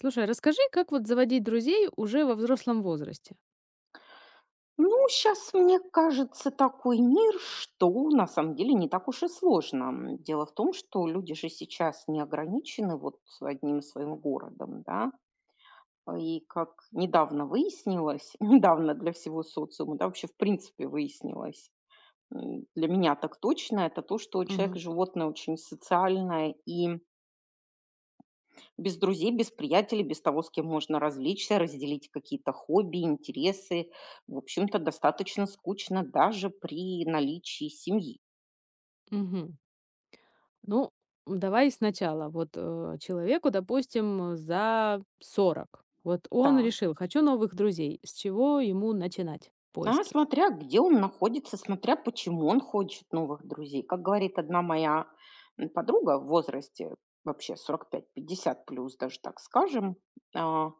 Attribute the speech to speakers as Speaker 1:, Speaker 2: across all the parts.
Speaker 1: Слушай, расскажи, как заводить друзей уже во взрослом возрасте?
Speaker 2: Ну, сейчас мне кажется, такой мир, что на самом деле не так уж и сложно. Дело в том, что люди же сейчас не ограничены вот одним своим городом, да. И как недавно выяснилось, недавно для всего социума, да, вообще в принципе выяснилось, для меня так точно, это то, что человек
Speaker 1: Мгм.
Speaker 2: животное очень социальное и без друзей, без приятелей, без того, с кем можно развлечься, разделить какие-то хобби, интересы. В общем-то, достаточно скучно даже при наличии семьи.
Speaker 1: Мгм. Ну, давай сначала. Вот человеку, допустим, за 40. Вот он
Speaker 2: Так.
Speaker 1: решил, хочу новых друзей. С чего ему начинать
Speaker 2: А
Speaker 1: поиски?
Speaker 2: смотря где он находится, смотря почему он хочет новых друзей. Как говорит одна моя подруга в возрасте вообще 45-50 плюс, даже так скажем, а,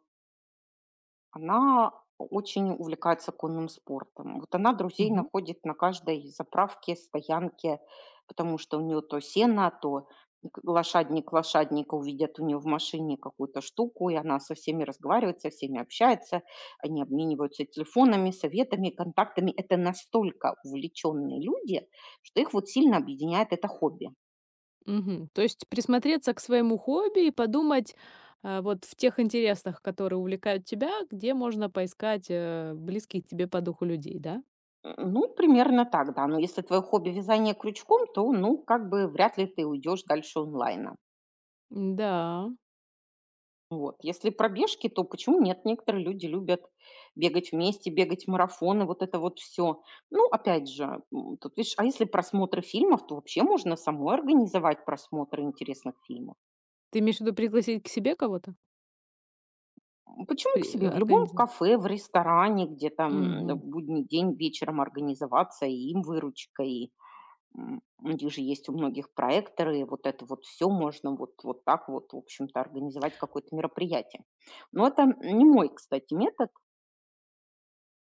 Speaker 2: Она очень увлекается конным спортом. Вот она друзей находит на каждой заправке, стоянке, потому что у нее то сено, то лошадник лошадника увидят у нее в машине какую-то штуку, и она со всеми разговаривает, со всеми общается, они обмениваются телефонами, советами, контактами. Это настолько увлеченные люди, что их вот сильно объединяет это хобби.
Speaker 1: Мгм. То есть присмотреться к своему хобби и подумать, вот в тех интересах, которые увлекают тебя, где можно поискать, близких тебе по духу людей, да?
Speaker 2: Ну, примерно так, да. Но если твое хобби вязание крючком, то, ну, как бы вряд ли ты уйдешь дальше онлайна.
Speaker 1: Да.
Speaker 2: Вот. Если пробежки, то почему нет? Некоторые люди любят бегать вместе, бегать марафоны, вот это вот все. Ну, опять же, тут видишь, а если просмотры фильмов, то вообще можно самой организовать просмотры интересных фильмов.
Speaker 1: Ты имеешь в виду пригласить к себе кого-то?
Speaker 2: Почему к себе? В любом
Speaker 1: Организовать?
Speaker 2: кафе, в ресторане, где там в
Speaker 1: Мгм.
Speaker 2: будний день вечером организоваться, и им выручка, и у них же есть у многих проекторы, и вот это вот все можно вот, вот так вот, в общем-то, организовать какое-то мероприятие. Но это не мой, кстати, метод.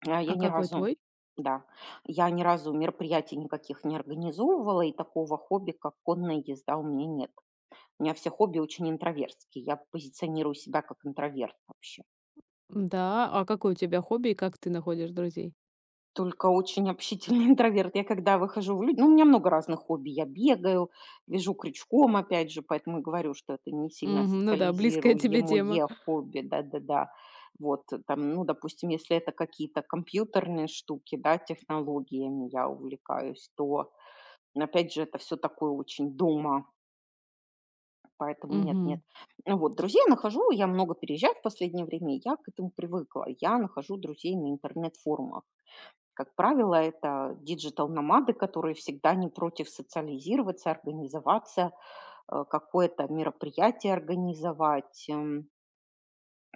Speaker 2: Я
Speaker 1: А
Speaker 2: ни
Speaker 1: какой
Speaker 2: разу,
Speaker 1: твой?
Speaker 2: да, я ни разу мероприятий никаких не организовывала, и такого хобби, как конная езда, у меня нет. У меня все хобби очень интровертские, я позиционирую себя как интроверт вообще.
Speaker 1: Да, а какое у тебя хобби и как ты находишь друзей?
Speaker 2: Только очень общительный интроверт. Я когда выхожу в люди, ну, у меня много разных хобби. Я бегаю, вяжу крючком, опять же, поэтому и говорю, что это не сильно
Speaker 1: Мгм. Ну да, близкая тебе тема.
Speaker 2: социализируемое хобби, да-да-да. Вот, там, ну, допустим, если это какие-то компьютерные штуки, да, технологиями я увлекаюсь, то... Но опять же, это все такое очень дома, поэтому нет, нет.
Speaker 1: Мгм.
Speaker 2: Ну вот, друзей я нахожу, я много переезжаю в последнее время, и я к этому привыкла. Я нахожу друзей на интернет-форумах. Как правило, это диджитал-номады, которые всегда не против социализироваться, организоваться, какое-то мероприятие организовать.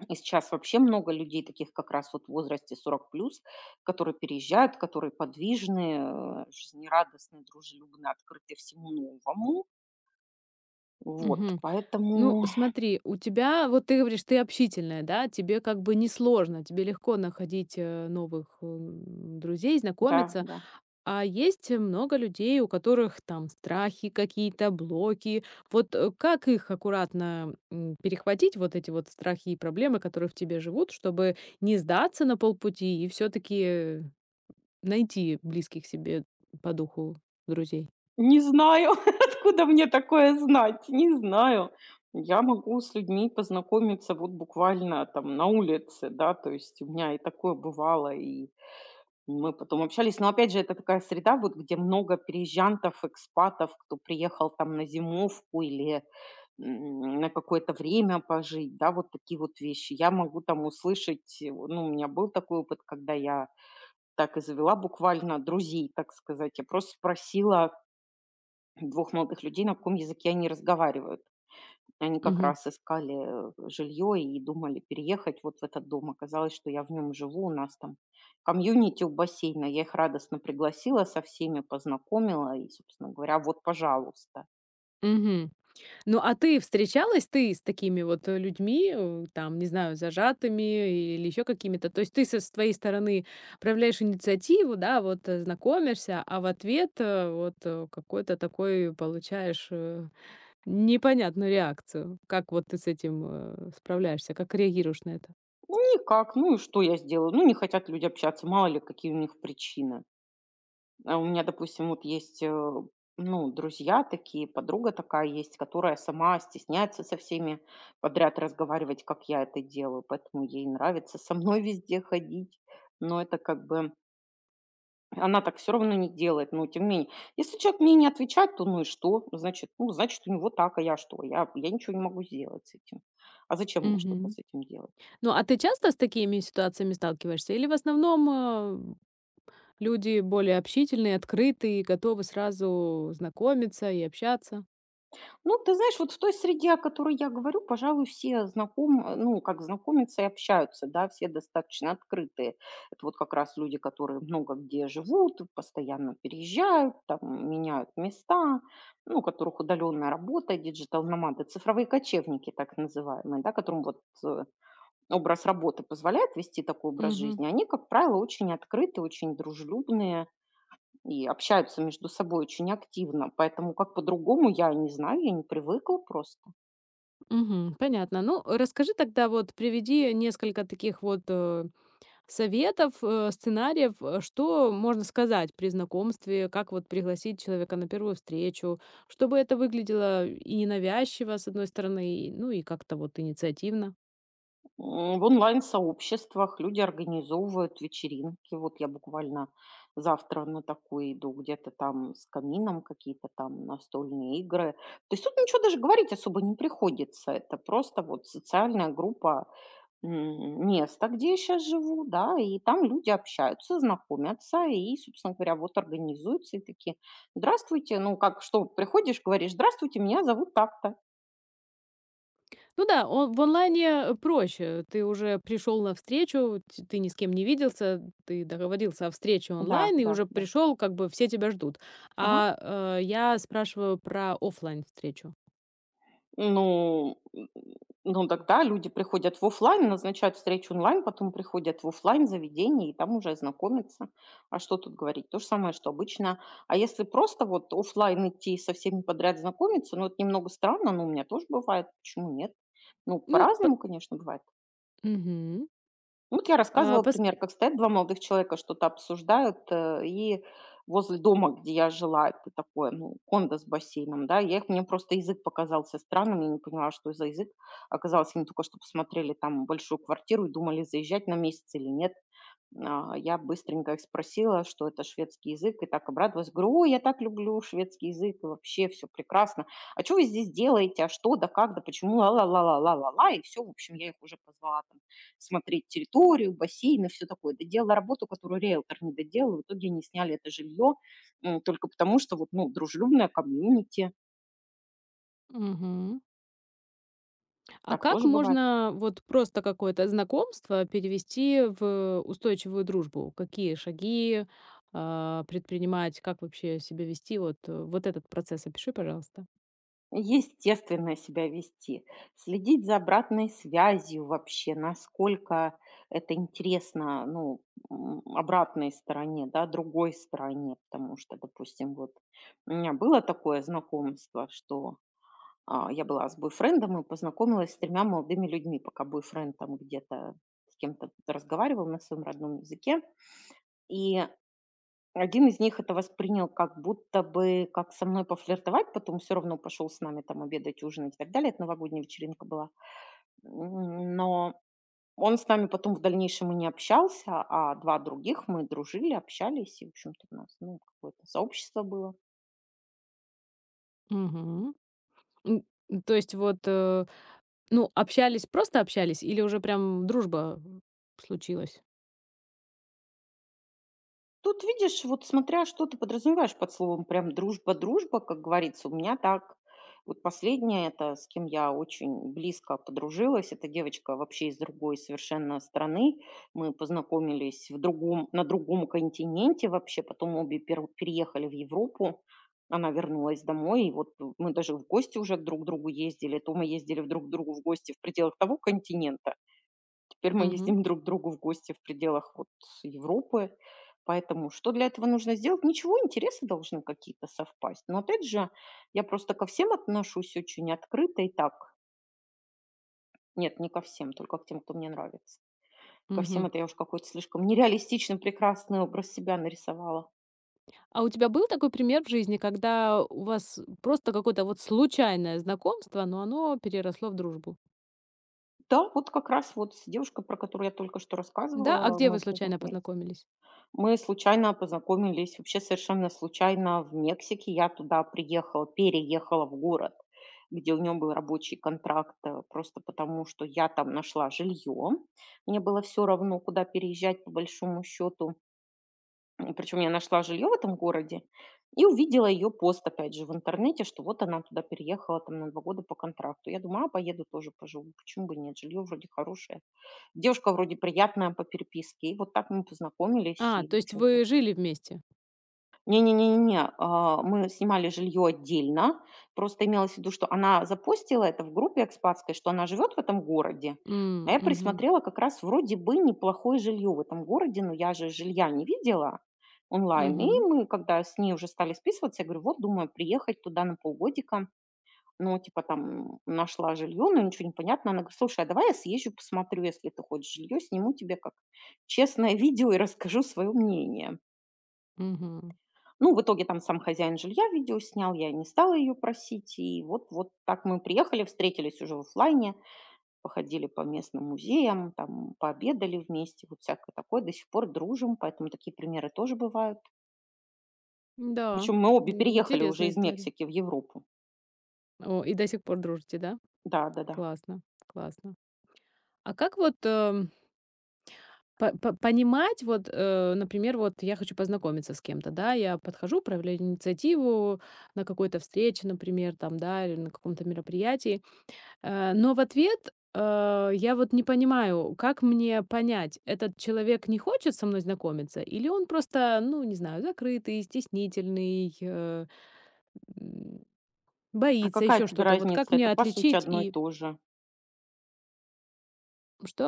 Speaker 2: И сейчас вообще много людей таких как раз вот в возрасте 40 плюс, которые переезжают, которые подвижные, жизнерадостные, дружелюбные, открыты всему новому. Вот,
Speaker 1: Мгм. Ну,
Speaker 2: поэтому
Speaker 1: смотри, у тебя, вот ты говоришь, ты общительная, да, тебе как бы несложно, тебе легко находить новых друзей,
Speaker 2: да,
Speaker 1: знакомиться.
Speaker 2: да.
Speaker 1: А есть много людей, у которых там страхи какие-то, блоки. Вот как их аккуратно перехватить, вот эти вот страхи и проблемы, которые в тебе живут, чтобы не сдаться на полпути и все-таки найти близких себе по духу друзей?
Speaker 2: Не знаю, откуда мне такое знать, не знаю. Я могу с людьми познакомиться вот буквально там на улице, да, то есть у меня и такое бывало, и мы потом общались. Но опять же, это такая среда, вот где много переезжантов, экспатов, кто приехал там на зимовку или на какое-то время пожить, да, вот такие вот вещи. Я могу там услышать, ну, у меня был такой опыт, когда я так и завела буквально друзей, так сказать. Я просто спросила двух молодых людей, на каком языке они разговаривают. Они как
Speaker 1: Угу.
Speaker 2: раз искали, жилье и думали переехать вот в этот дом. Оказалось, что я в нем живу, у нас там комьюнити у бассейна. Я их радостно пригласила, со всеми познакомила и, собственно говоря, вот, пожалуйста.
Speaker 1: Мгм. Ну, а ты встречалась ты с такими вот, людьми, там, не знаю, зажатыми или еще какими-то? То есть ты со своей стороны проявляешь инициативу, да, вот, знакомишься, а в ответ, какой-то такой получаешь, непонятную реакцию. Как вот ты с этим, справляешься? Как реагируешь на это?
Speaker 2: Ну, никак. Ну и что я сделаю? Ну, не хотят люди общаться, мало ли, какие у них причины. А у меня, допустим, вот есть, ну, друзья такие, подруга такая есть, которая сама стесняется со всеми подряд разговаривать, как я это делаю, поэтому ей нравится со мной везде ходить, но это как бы она так все равно не делает, но тем не менее. Если человек мне не отвечает, то ну и что? Значит, ну, значит, у него так, а я что? Я ничего не могу сделать с этим. А зачем мне что-то
Speaker 1: Мгм.
Speaker 2: с этим делать?
Speaker 1: Ну, а ты часто с такими ситуациями сталкиваешься или в основном, э, люди более общительные, открытые, готовы сразу знакомиться и общаться?
Speaker 2: Ну, ты знаешь, вот в той среде, о которой я говорю, пожалуй, все знаком, ну, как знакомятся и общаются, да, все достаточно открытые. Это вот как раз люди, которые много где живут, постоянно переезжают, там, меняют места, ну, у которых удаленная работа, диджитал-номады, цифровые кочевники, так называемые, да, которым вот э, образ работы позволяет вести такой образ
Speaker 1: Мгм.
Speaker 2: жизни. Они, как правило, очень открытые, очень дружелюбные, и общаются между собой очень активно, поэтому как по-другому я не знаю, я не привыкла просто.
Speaker 1: Мгм. Понятно. Ну, расскажи тогда вот, приведи несколько таких вот, советов, сценариев, что можно сказать при знакомстве, как вот пригласить человека на первую встречу, чтобы это выглядело и ненавязчиво, с одной стороны, и, ну, и как-то вот инициативно.
Speaker 2: В онлайн-сообществах люди организовывают вечеринки. Вот я буквально завтра на такую иду, где-то там с камином, какие-то там настольные игры. То есть тут ничего даже говорить особо не приходится. Это просто вот социальная группа, место, где я сейчас живу, да, и там люди общаются, знакомятся и, собственно говоря, вот организуются и такие: "Здравствуйте". Ну, как что, приходишь, говоришь: "Здравствуйте, меня зовут так-то".
Speaker 1: Ну да, он, в онлайне проще. Ты уже пришел на встречу, ты ни с кем не виделся, ты договорился о встрече
Speaker 2: Да,
Speaker 1: онлайн и
Speaker 2: да,
Speaker 1: уже
Speaker 2: да.
Speaker 1: пришел, как бы все тебя ждут.
Speaker 2: Ага.
Speaker 1: А я спрашиваю про оффлайн встречу.
Speaker 2: Ну, ну тогда люди приходят в оффлайн, назначают встречу онлайн, потом приходят в оффлайн заведение и там уже знакомятся. А что тут говорить? То же самое, что обычно. А если просто вот оффлайн идти и со всеми подряд знакомиться, ну это немного странно, но у меня тоже бывает, почему нет? Ну,
Speaker 1: Ну,
Speaker 2: по-разному, конечно, бывает.
Speaker 1: мгм.
Speaker 2: Ну, вот я
Speaker 1: А,
Speaker 2: рассказывала
Speaker 1: пос
Speaker 2: пример, как стоят 2 молодых человека, что-то обсуждают, и возле дома, где я жила, это такое, ну, кондо с бассейном, да. Я их... Мне просто язык показался странным, я не поняла, что за язык. Оказалось, они только что посмотрели там большую квартиру и думали, заезжать на месяц или нет. А, я быстренько их спросила, что это шведский язык, и так обрадовалась. Говорю: "Ой, я так люблю шведский язык, и вообще все прекрасно. А чё вы здесь делаете? А что, да как, да почему? Ла-ла-ла-ла-ла-ла-ла". И все. В общем, я их уже позвала там смотреть территорию, бассейн и всё такое. Доделала работу, которую риэлтор не доделал. В итоге они сняли это жилье, только потому, что вот, ну, дружелюбное комьюнити.
Speaker 1: Мгм. А
Speaker 2: Так
Speaker 1: как
Speaker 2: тоже бывает.
Speaker 1: можно вот просто какое-то знакомство перевести в устойчивую дружбу? Какие шаги, предпринимать? Как вообще себя вести? Вот, вот этот процесс опиши, пожалуйста.
Speaker 2: Естественно себя вести, следить за обратной связью вообще, насколько это интересно, ну, обратной стороне, да, другой стороне. Потому что, допустим, вот у меня было такое знакомство, что, я была с бойфрендом и познакомилась с тремя молодыми людьми, пока бойфренд там где-то с кем-то разговаривал на своем родном языке. И один из них это воспринял как будто бы как со мной пофлиртовать, потом все равно пошел с нами там обедать, ужинать и так далее. Это новогодняя вечеринка была. Но он с нами потом в дальнейшем и не общался, а 2 других мы дружили, общались, и, в общем-то, у нас, ну, какое-то сообщество было.
Speaker 1: Мгм. М, то есть вот, ну, общались, просто общались или уже прям дружба случилась?
Speaker 2: Тут, видишь, вот смотря что ты подразумеваешь под словом прям дружба-дружба, как говорится, у меня так. Вот последняя, это с кем я очень близко подружилась, это девочка вообще из другой совершенно страны. Мы познакомились в другом, на другом континенте вообще, потом обе переехали в Европу. Она вернулась домой, и вот мы даже в гости уже друг к другу ездили. То мы ездили в друг к другу в гости в пределах того континента, теперь мы
Speaker 1: Мгм.
Speaker 2: ездим друг к другу в гости в пределах вот Европы. Поэтому что для этого нужно сделать? Ничего, интересы должны какие-то совпасть. Но опять же, я просто ко всем отношусь очень открыто и так. Нет, не ко всем, только к тем, кто мне нравится. Ко всем —
Speaker 1: Мгм.
Speaker 2: это я уж какой-то слишком нереалистичный, прекрасный образ себя нарисовала.
Speaker 1: А у тебя был такой пример в жизни, когда у вас просто какое-то вот случайное знакомство, но оно переросло в дружбу?
Speaker 2: Да, вот как раз вот с девушкой, про которую я только что
Speaker 1: Да, а
Speaker 2: рассказывала,
Speaker 1: где
Speaker 2: мы
Speaker 1: вы случайно
Speaker 2: познакомились.
Speaker 1: познакомились?
Speaker 2: Мы случайно познакомились, вообще совершенно случайно в Мексике. Я туда приехала, переехала в город, где у него был рабочий контракт, просто потому, что я там нашла жилье. Мне было все равно, куда переезжать по большому счету. Причем я нашла жилье в этом городе и увидела ее пост, опять же, в интернете, что вот она туда переехала там на 2 года по контракту. Я думаю, а поеду тоже поживу, почему бы нет, жилье вроде хорошее, девушка вроде приятная по переписке. И вот так мы познакомились,
Speaker 1: А,
Speaker 2: и, в
Speaker 1: то есть
Speaker 2: общем-то...
Speaker 1: вы жили вместе?
Speaker 2: Не, не, не, не, мы снимали жилье отдельно. Просто имелось в виду, что она запостила это в группе экспатской, что она живет в этом городе.
Speaker 1: М,
Speaker 2: А я
Speaker 1: мгм,
Speaker 2: присмотрела как раз вроде бы неплохое жилье в этом городе, но я же жилья не видела онлайн. И
Speaker 1: мгм,
Speaker 2: мы, когда с ней уже стали списываться, я говорю, вот думаю приехать туда на полгодика. Ну, типа там нашла жилье, но ничего не понятно. Она говорит, слушай, а давай я съезжу, посмотрю, если ты хочешь жилье, сниму тебе как честное видео и расскажу свое мнение.
Speaker 1: мгм.
Speaker 2: Ну, в итоге там сам хозяин жилья видео снял, я не стала ее просить. И вот, вот так мы приехали, встретились уже в оффлайне, походили по местным музеям, там пообедали вместе, вот всякое такое. До сих пор дружим, поэтому такие примеры тоже бывают.
Speaker 1: Да,
Speaker 2: Причем мы обе переехали уже
Speaker 1: интересная
Speaker 2: из
Speaker 1: история.
Speaker 2: Мексики в Европу.
Speaker 1: О, и до сих пор дружите, да?
Speaker 2: Да, да, да.
Speaker 1: Классно, классно. А как вот понимать, вот, например, вот я хочу познакомиться с кем-то, да, я подхожу, проявляю инициативу на какой-то встрече, например, там, да, или на каком-то мероприятии. Но в ответ, я вот не понимаю, как мне понять, этот человек не хочет со мной знакомиться или он просто, ну, не знаю, закрытый, стеснительный, м,
Speaker 2: А
Speaker 1: боится,
Speaker 2: какая
Speaker 1: еще
Speaker 2: тебе
Speaker 1: что-то. Вот как
Speaker 2: разница?
Speaker 1: мне
Speaker 2: Это по сути
Speaker 1: отличить
Speaker 2: одно и
Speaker 1: и...
Speaker 2: то же.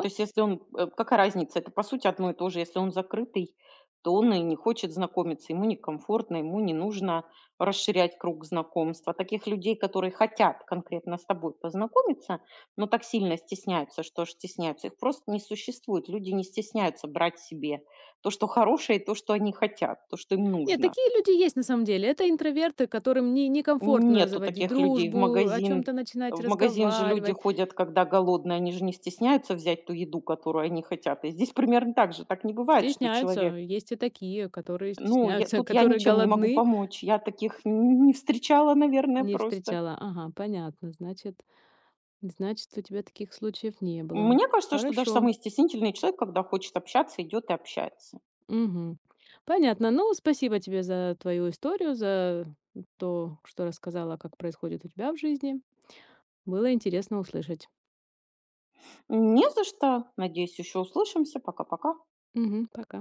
Speaker 2: То есть если он какая разница? Это по сути одно и то же. Если он закрытый, то он и не хочет знакомиться, ему некомфортно, ему не нужно расширять круг знакомства. Таких людей, которые хотят конкретно с тобой познакомиться, но так сильно стесняются, что аж стесняются, их просто не существует. Люди не стесняются брать себе то, что хорошее, и то, что они хотят, то, что им
Speaker 1: Нет,
Speaker 2: нужно.
Speaker 1: такие люди есть на самом деле. Это интроверты, которым не некомфортно
Speaker 2: Нету
Speaker 1: заводить
Speaker 2: таких людей в
Speaker 1: дружбу, о
Speaker 2: магазин.
Speaker 1: чем-то начинать
Speaker 2: В магазин же люди
Speaker 1: разговаривать.
Speaker 2: ходят, когда голодные, они же не стесняются взять ту еду, которую они хотят. И здесь примерно так же. Так не бывает, что
Speaker 1: Стесняются.
Speaker 2: человек...
Speaker 1: Есть и такие, которые
Speaker 2: Ну, я
Speaker 1: стесняются,
Speaker 2: тут, я
Speaker 1: которые
Speaker 2: ничем не могу
Speaker 1: голодны.
Speaker 2: помочь. Я таких н не встречала, наверное,
Speaker 1: Не
Speaker 2: просто.
Speaker 1: встречала. Ага, понятно. Значит... Значит, у тебя таких случаев не было.
Speaker 2: Мне кажется, что даже
Speaker 1: Хорошо.
Speaker 2: самый стеснительный человек, когда хочет общаться, идет и общается.
Speaker 1: Мгм. Понятно. Ну, спасибо тебе за твою историю, за то, что рассказала, как происходит у тебя в жизни. Было интересно услышать.
Speaker 2: Не за что. Надеюсь, еще услышимся. Пока-пока.
Speaker 1: Мгм. Пока.